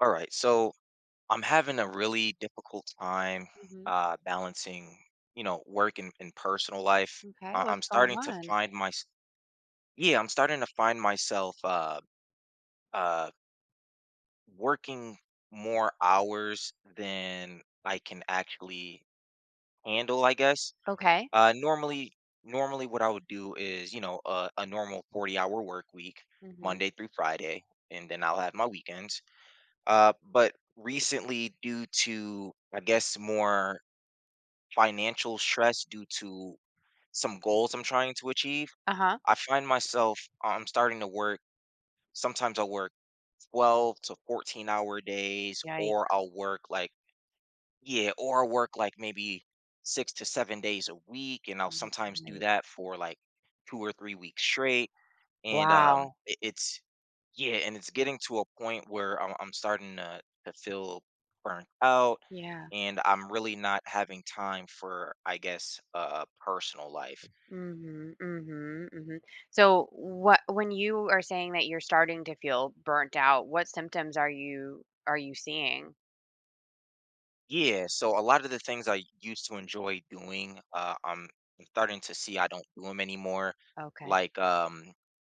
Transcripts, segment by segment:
All right, so I'm having a really difficult time Mhm. Balancing, work and personal life. Okay, I- I'm what's going starting to on? find my, Yeah, I'm starting to find myself uh, working more hours than I can actually handle, I guess. Okay. Uh, normally, normally, what I would do is, a normal 40-hour work week, Mhm. Monday through Friday, and then I'll have my weekends. But recently, due to, I guess, more financial stress due to some goals I'm trying to achieve, Uh-huh. I find myself, I'm starting to work. Sometimes I'll work 12 to 14 hour days, or Yikes. Yeah, or I'll work like maybe 6 to 7 days a week. And I'll Mm, sometimes do right. that for like 2 or 3 weeks straight, and Wow. it- it's yeah, and it's getting to a point where I'm starting to feel burnt out, Yeah. and I'm really not having time for, I guess, personal life. Mhm. Mhm. Mhm. So what when you are saying that you're starting to feel burnt out, what symptoms are you seeing? Yeah, so a lot of the things I used to enjoy doing, I'm starting to see I don't do them anymore. Okay. Like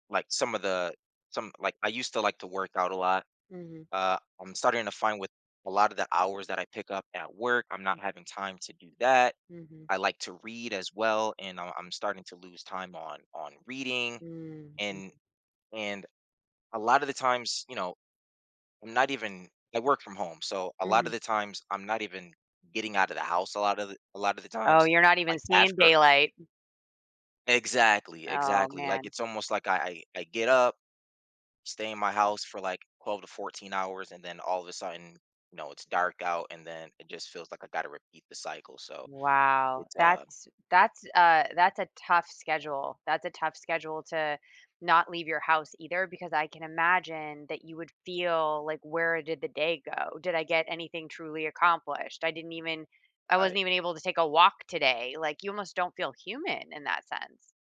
like some of the, some, like, I used to like to work out a lot. Mhm. I'm starting to find, with a lot of the hours that I pick up at work, I'm Mhm. not having time to do that. Mhm. I like to read as well, and I'm starting to lose time on reading. Mhm. and and a lot of the times, I'm not even, I work from home, so a lot of Mhm. the times I'm not even getting out of the house a lot of the Oh, times. you're not even Like seeing after daylight. Exactly, Oh, exactly. Like man. it's almost like I get up, stay in my house for like 12 to 14 hours, and then all of a sudden, it's dark out, and then it just feels like I got to repeat the cycle. So Wow, it's that's a tough schedule. That's a tough schedule to not leave your house either because I can imagine that you would feel like, "Where did the day go? Did I get anything truly accomplished? I I, wasn't even able to take a walk today." Like, you almost don't feel human in that sense.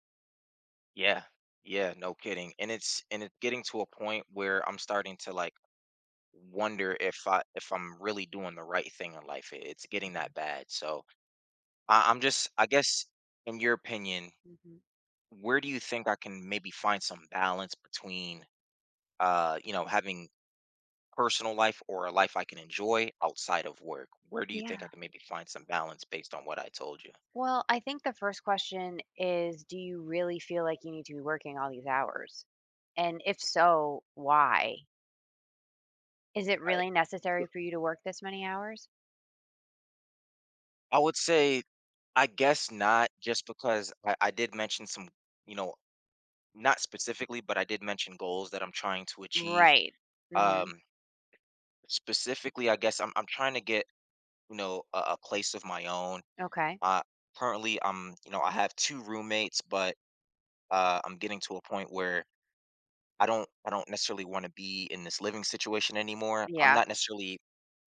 yeah. Yeah, no kidding. And it's getting to a point where I'm starting to, like, wonder if I'm really doing the right thing in life. It's getting Yeah. that bad. So I'm just, I guess, in your opinion, Mhm. where do you think I can maybe find some balance between having personal life or a life I can enjoy outside of work? Where do you think I Yeah. can maybe find some balance based on what I told you? Well, I think the first question is, do you really feel like you need to be working all these hours? And if so, why? Is it Right. really necessary for you to work this many hours? I would say, I guess not, just because I did mention some, you know, not specifically, but I did mention goals that I'm trying to achieve. Right. Mhm. Um, Specifically, I guess I'm trying to get, a place of my own. Okay. Uh, Currently, I have two roommates, but I'm getting to a point where I don't necessarily want to be in this living situation anymore. I'm Yeah. not necessarily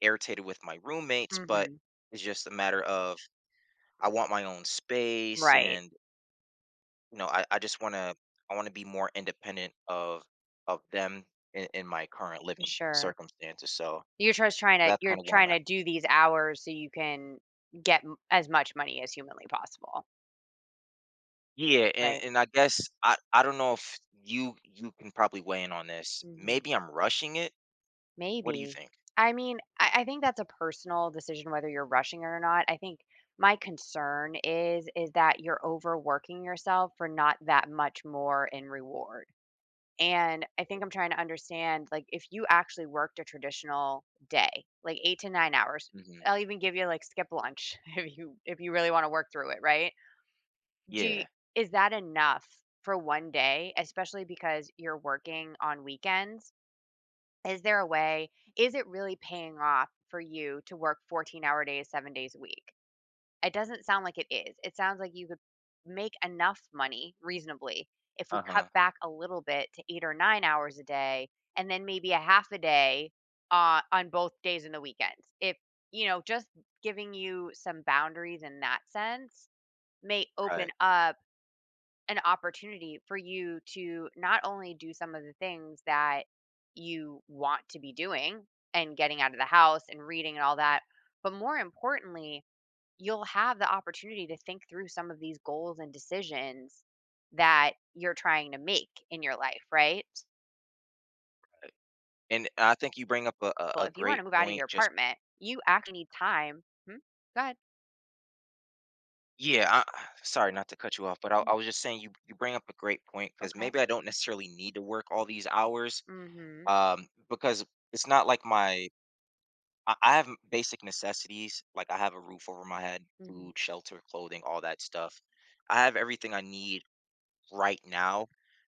irritated with my roommates, but Mhm. it's just a matter of, I want my own space. Right. And I just want to, I want to be more independent of them in my current living Sure. circumstances. So that's You're kind of where I'm trying at. to do these hours so you can get m as much money as humanly possible, Yeah, and, right? and I guess I don't know if you can probably weigh in on this. Mhm. Maybe I'm rushing it. What do you Maybe. think? I mean, I think that's a personal decision whether you're rushing it or not. I think my concern is that you're overworking yourself for not that much more in reward. And I think I'm trying to understand, like, if you actually worked a traditional day, like 8 to 9 hours. Hmm. I'll even give you, like, skip lunch if you really wanna work through it, right? Do you Yeah. is that enough for 1 day, especially because you're working on weekends? Is there a way is it really paying off for you to work 14-hour days, 7 days a week? It doesn't sound like it is. It sounds like you could make enough money reasonably if we Uh cut huh. back a little bit to 8 or 9 hours a day, and then maybe a half a day, on both days and the weekends. If you know, just giving you some boundaries in that sense may open Right. up an opportunity for you to not only do some of the things that you want to be doing and getting out of the house and reading and all that, but more importantly, you'll have the opportunity to think through some of these goals and decisions that you're trying to make in your life, right? And I think you bring up a, a, Well, a if you want to great move out of point. your Just apartment, you actually need time. Hmm? Go ahead. Yeah. Sorry not to cut you off, but I Mm, was just saying, you bring up a great point because okay. maybe I don't necessarily need to work all these hours. Mm-hmm. Because it's not like my, I have basic necessities. Like I have a roof over my head, Mm-hmm. food, shelter, clothing, all that stuff. I have everything I need right now,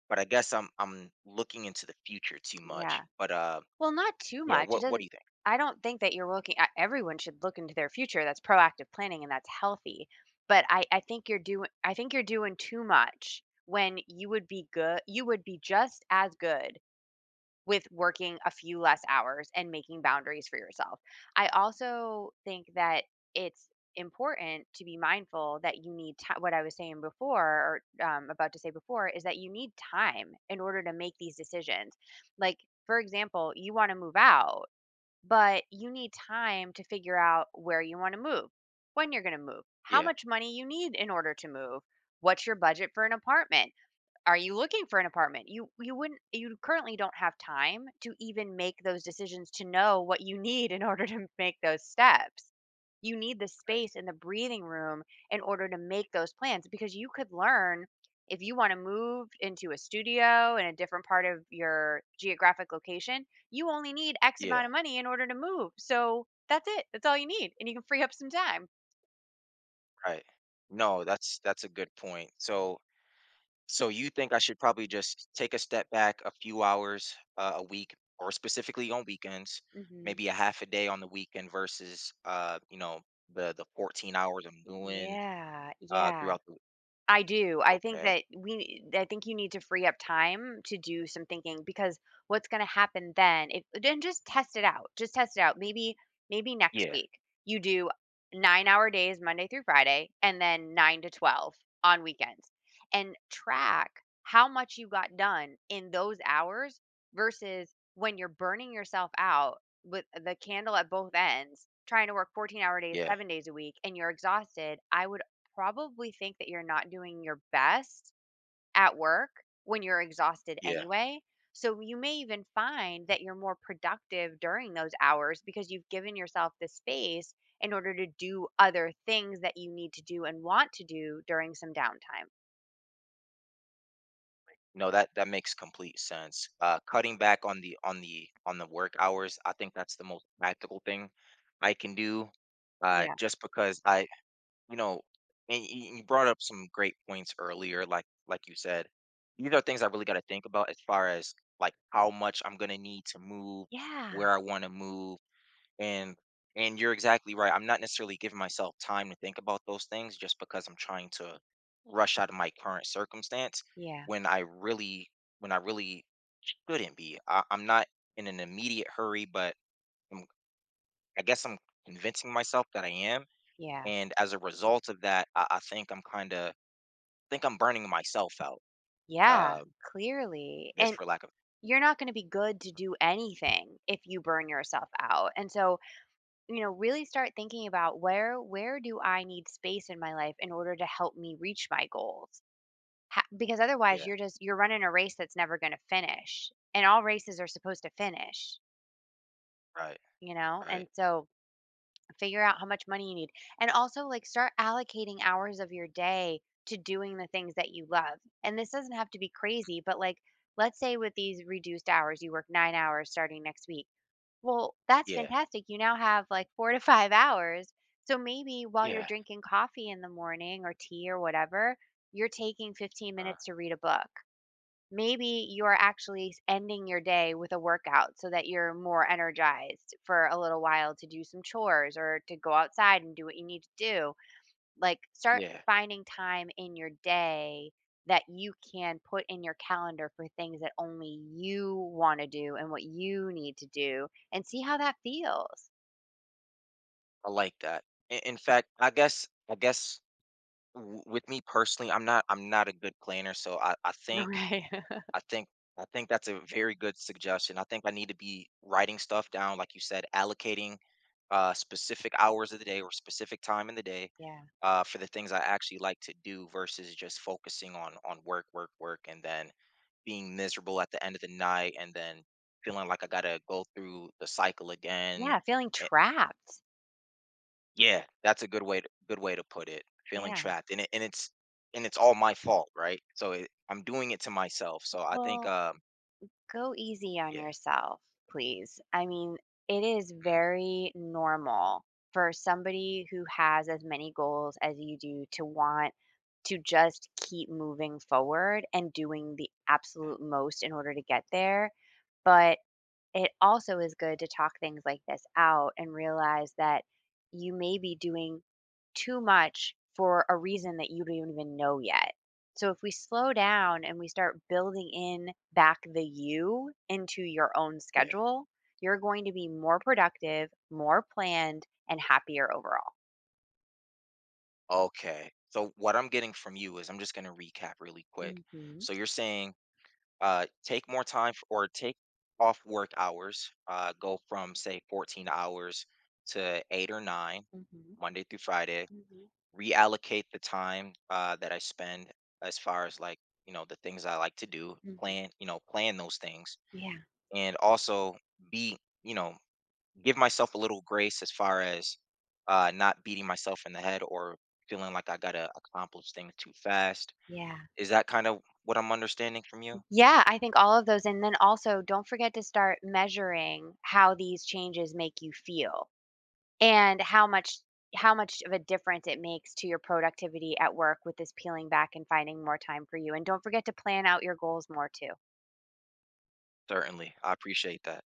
but I guess I'm looking into the future too much. Yeah. But Well, not too yeah. much. It What do doesn't, you think? I don't think that you're looking, everyone should look into their future. That's proactive planning and that's healthy. But I think you're doing too much when you would be good, you would be just as good with working a few less hours and making boundaries for yourself. I also think that it's important to be mindful that you need ti what I was saying before or about to say before is that you need time in order to make these decisions. Like, for example, you want to move out, but you need time to figure out where you want to move, when you're going to move, how Yeah. much money you need in order to move, what's your budget for an apartment are you looking for an apartment? You currently don't have time to even make those decisions to know what you need in order to make those steps. You need the Right. space and the breathing room in order to make those plans because you could learn if you want to move into a studio in a different part of your geographic location, you only need X amount Yeah. of money in order to move. So that's it. That's all you need. And you can free up some time. Right. No, that's a good point. So you think I should probably just take a step back a few hours, a week, or specifically on weekends, Hmm. maybe a half a day on the weekend versus the 14 hours I'm doing, Yeah. Yeah. throughout the, I do. Okay. I think you need to free up time to do some thinking because what's going to happen then if then just test it out. Just test it out. Maybe next Yeah, week you do 9-hour days Monday through Friday and then 9 to 12 on weekends, and track how much you got done in those hours versus when you're burning yourself out with the candle at both ends trying to work 14-hour days yeah, 7 days a week and you're exhausted. I would probably think that you're not doing your best at work when you're exhausted yeah. anyway. So you may even find that you're more productive during those hours because you've given yourself the space in order to do other things that you need to do and want to do during some downtime. No, that makes complete sense. Cutting back on the work hours, I think that's the most practical thing I can do. Yeah. Just because you know, and you brought up some great points earlier, like you said, these are things I really got to think about, as far as like how much I'm gonna need to move, Yeah. where I want to move. And and you're exactly right. I'm not necessarily giving myself time to think about those things just because I'm trying to rush out of my current circumstance Yeah. when I really, when I really shouldn't be. I'm not in an immediate hurry, but I'm, I guess I'm convincing myself that I am. Yeah. And as a result of that, I think I'm burning myself out. Yeah. I Clearly. guess And for lack of, you're not going to be good to do anything if you burn yourself out. And so really start thinking about where do I need space in my life in order to help me reach my goals? Because otherwise yeah, you're running a race that's never going to finish. And all races are supposed to finish, right, you know? And right, so figure out how much money you need, and also like start allocating hours of your day to doing the things that you love. And this doesn't have to be crazy, but like let's say with these reduced hours you work 9 hours starting next week. Well, that's yeah, fantastic. You now have like 4 to 5 hours. So maybe while you're yeah, drinking coffee in the morning or tea or whatever, you're taking 15 uh, minutes to read a book. Maybe you're actually ending your day with a workout so that you're more energized for a little while to do some chores or to go outside and do what you need to do. Like, start yeah. finding time in your day that you can put in your calendar for things that only you want to do and what you need to do and see how that feels. I like that. In fact, I guess W with me personally, I'm not a good planner, so I think Right. I think I think that's a very good suggestion. I think I need to be writing stuff down, like you said, allocating specific hours of the day or specific time in the day, Yeah. For the things I actually like to do versus just focusing on work, work, work, and then being miserable at the end of the night and then feeling like I gotta go through the cycle again. Yeah, feeling trapped. Yeah, that's a good way to put it. Feeling Yeah. trapped, and it's all my fault, right? So I'm doing it to myself. So I think, Well, go easy on yeah. yourself, please. I mean, it is Mhm. very normal for somebody who has as many goals as you do to want to just keep moving forward and doing the absolute most in order to get there. But it also is good to talk things like this out and realize that you may be doing too much for a reason that you don't even know yet. So if we slow down and we start building in back the you into your own Yeah. schedule, you're going to be more productive, more planned, and happier overall. Okay. So what I'm getting from you is, I'm just gonna recap really quick. Mhm. So you're saying, take more time or take off work hours. Go from, say, 14 hours to 8 or 9, Mhm. Monday through Friday. Mhm. Reallocate the time that I spend, as far as, like, the things I like to do, Mhm. plan, plan those things, Yeah. and also be, you know, give myself a little grace, as far as not beating myself in the head or feeling like I got to accomplish things too fast. Yeah. Is that kind of what I'm understanding from you? Yeah, I think all of those, and then also don't forget to start measuring how these changes make you feel and how much of a difference it makes to your productivity at work with this peeling back and finding more time for you. And don't forget to plan out your goals more too. Certainly. I appreciate that.